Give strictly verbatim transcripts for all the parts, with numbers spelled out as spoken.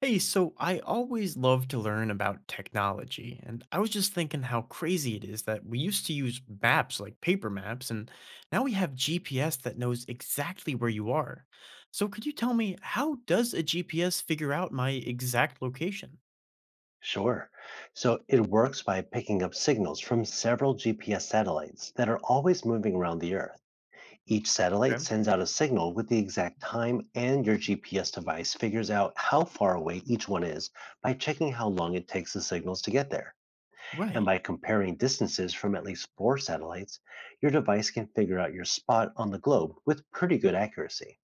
Hey, so I always love to learn about technology, and I was just thinking how crazy it is that we used to use maps like paper maps, and now we have G P S that knows exactly where you are. So, could you tell me how does a G P S figure out my exact location? Sure. So it works by picking up signals from several G P S satellites that are always moving around the Earth. Each satellite Okay. sends out a signal with the exact time, and your G P S device figures out how far away each one is by checking how long it takes the signals to get there. And Right. by comparing distances from at least four satellites, your device can figure out your spot on the globe with pretty good accuracy.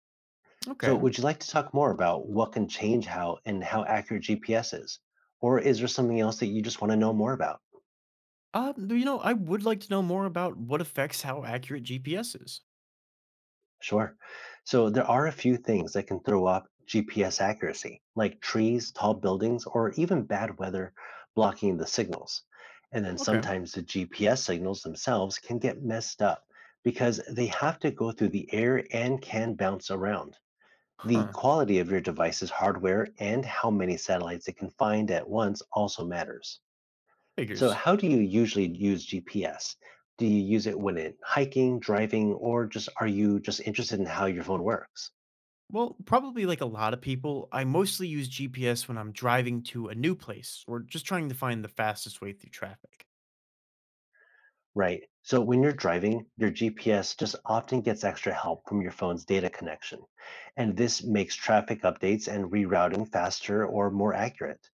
So Okay. would you like to talk more about what can change how and how accurate G P S is? Or is there something else that you just want to know more about? Uh, you know, I would like to know more about what affects how accurate G P S is. Sure. So there are a few things that can throw off G P S accuracy, like trees, tall buildings, or even bad weather blocking the signals. And then Okay. sometimes the G P S signals themselves can get messed up because they have to go through the air and can bounce around. The Huh. quality of your device's hardware and how many satellites it can find at once also matters. So, Figures. how do you usually use G P S? Do you use it when in hiking, driving, or just are you just interested in how your phone works? Well, probably like a lot of people, I mostly use G P S when I'm driving to a new place or just trying to find the fastest way through traffic. Right. So, when you're driving, your G P S just often gets extra help from your phone's data connection. And this makes traffic updates and rerouting faster or more accurate.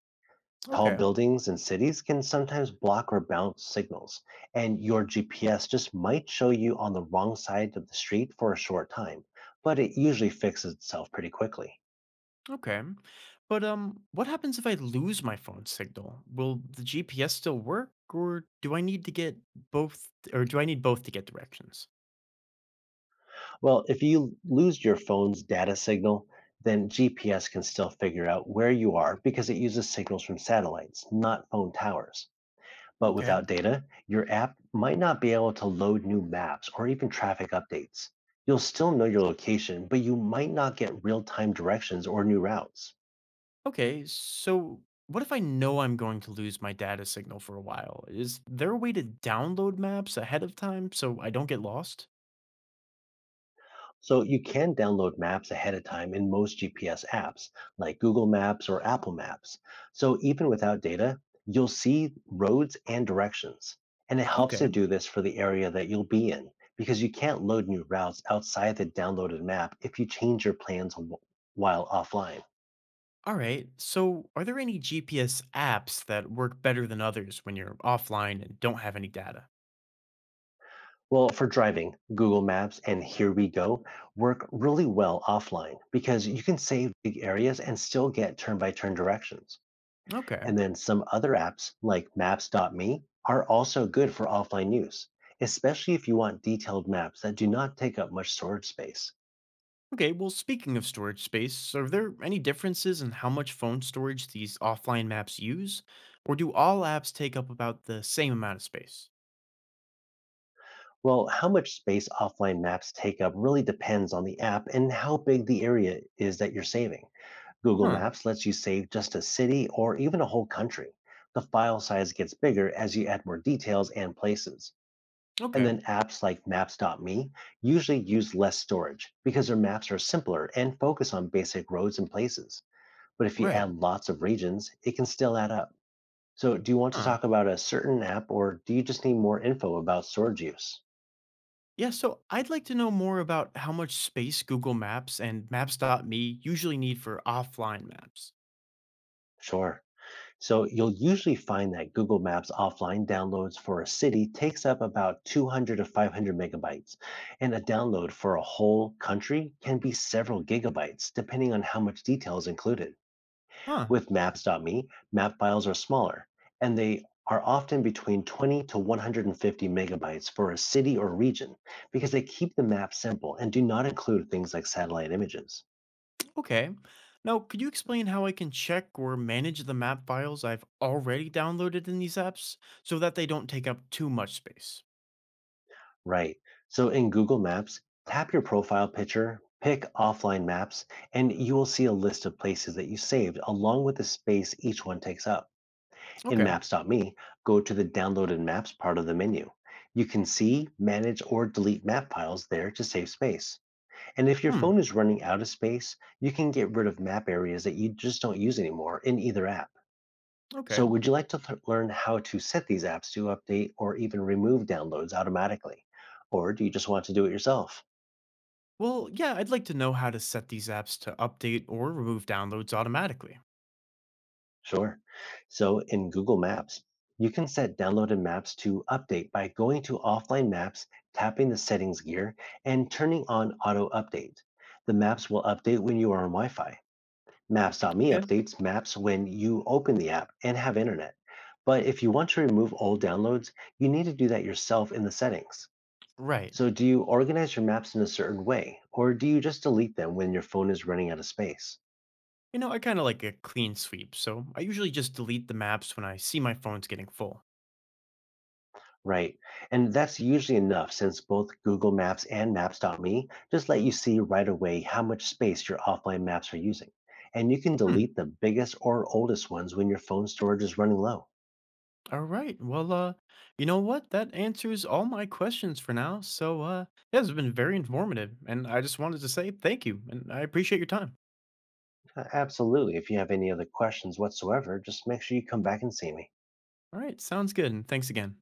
Tall Okay. buildings and cities can sometimes block or bounce signals, and your G P S just might show you on the wrong side of the street for a short time, but it usually fixes itself pretty quickly. Okay. But um what happens if I lose my phone signal? Will the G P S still work or do I need to get both or do I need both to get directions? Well, if you lose your phone's data signal, then G P S can still figure out where you are because it uses signals from satellites, not phone towers. But Okay. without data, your app might not be able to load new maps or even traffic updates. You'll still know your location, but you might not get real time directions or new routes. Okay. So what if I know I'm going to lose my data signal for a while? Is there a way to download maps ahead of time so I don't get lost? So you can download maps ahead of time in most G P S apps like Google Maps or Apple Maps. So even without data, you'll see roads and directions. And it helps to Okay. do this for the area that you'll be in because you can't load new routes outside the downloaded map if you change your plans wh- while offline. All right. So, are there any G P S apps that work better than others when you're offline and don't have any data? Well, for driving, Google Maps and Here We Go work really well offline because you can save big areas and still get turn by turn directions. Okay. And then some other apps like maps.me are also good for offline use, especially if you want detailed maps that do not take up much storage space. Okay. Well, speaking of storage space, are there any differences in how much phone storage these offline maps use? Or do all apps take up about the same amount of space? Well, how much space offline maps take up really depends on the app and how big the area is that you're saving. Google Huh. Maps lets you save just a city or even a whole country. The file size gets bigger as you add more details and places. And Okay. then apps like Maps.me usually use less storage because their maps are simpler and focus on basic roads and places. But if you Right. add lots of regions, it can still add up. So, do you want to Huh. talk about a certain app or do you just need more info about storage use? Yeah. So, I'd like to know more about how much space Google Maps and Maps.me usually need for offline maps. Sure. So, you'll usually find that Google Maps offline downloads for a city takes up about two hundred to five hundred megabytes, and a download for a whole country can be several gigabytes, depending on how much detail is included. Huh. With maps.me, map files are smaller, and they are often between twenty to one hundred fifty megabytes for a city or region because they keep the map simple and do not include things like satellite images. Okay. Now, could you explain how I can check or manage the map files I've already downloaded in these apps so that they don't take up too much space? Right. So in Google Maps, tap your profile picture, pick offline maps, and you will see a list of places that you saved along with the space each one takes up. In Okay. maps.me, go to the downloaded maps part of the menu. You can see, manage, or delete map files there to save space. And if your Hmm. phone is running out of space, you can get rid of map areas that you just don't use anymore in either app. Okay. So, would you like to th- learn how to set these apps to update or even remove downloads automatically? Or do you just want to do it yourself? Well, yeah, I'd like to know how to set these apps to update or remove downloads automatically. Sure. So, in Google Maps, you can set downloaded maps to update by going to offline maps, tapping the settings gear, and turning on auto update. The maps will update when you are on Wi Fi. Maps.me Okay. updates maps when you open the app and have internet. But if you want to remove old downloads, you need to do that yourself in the settings. Right. So, do you organize your maps in a certain way, or do you just delete them when your phone is running out of space? You know, I kind of like a clean sweep, so I usually just delete the maps when I see my phone's getting full. Right. And that's usually enough since both Google Maps and Maps.me just let you see right away how much space your offline maps are using. And you can Hmm. delete the biggest or oldest ones when your phone storage is running low. All right. Well, uh, you know what? That answers all my questions for now. So, uh, yeah, it's been very informative, and I just wanted to say thank you, and I appreciate your time. A- Absolutely. If you have any other questions whatsoever, just make sure you come back and see me. All right, sounds good, and thanks again.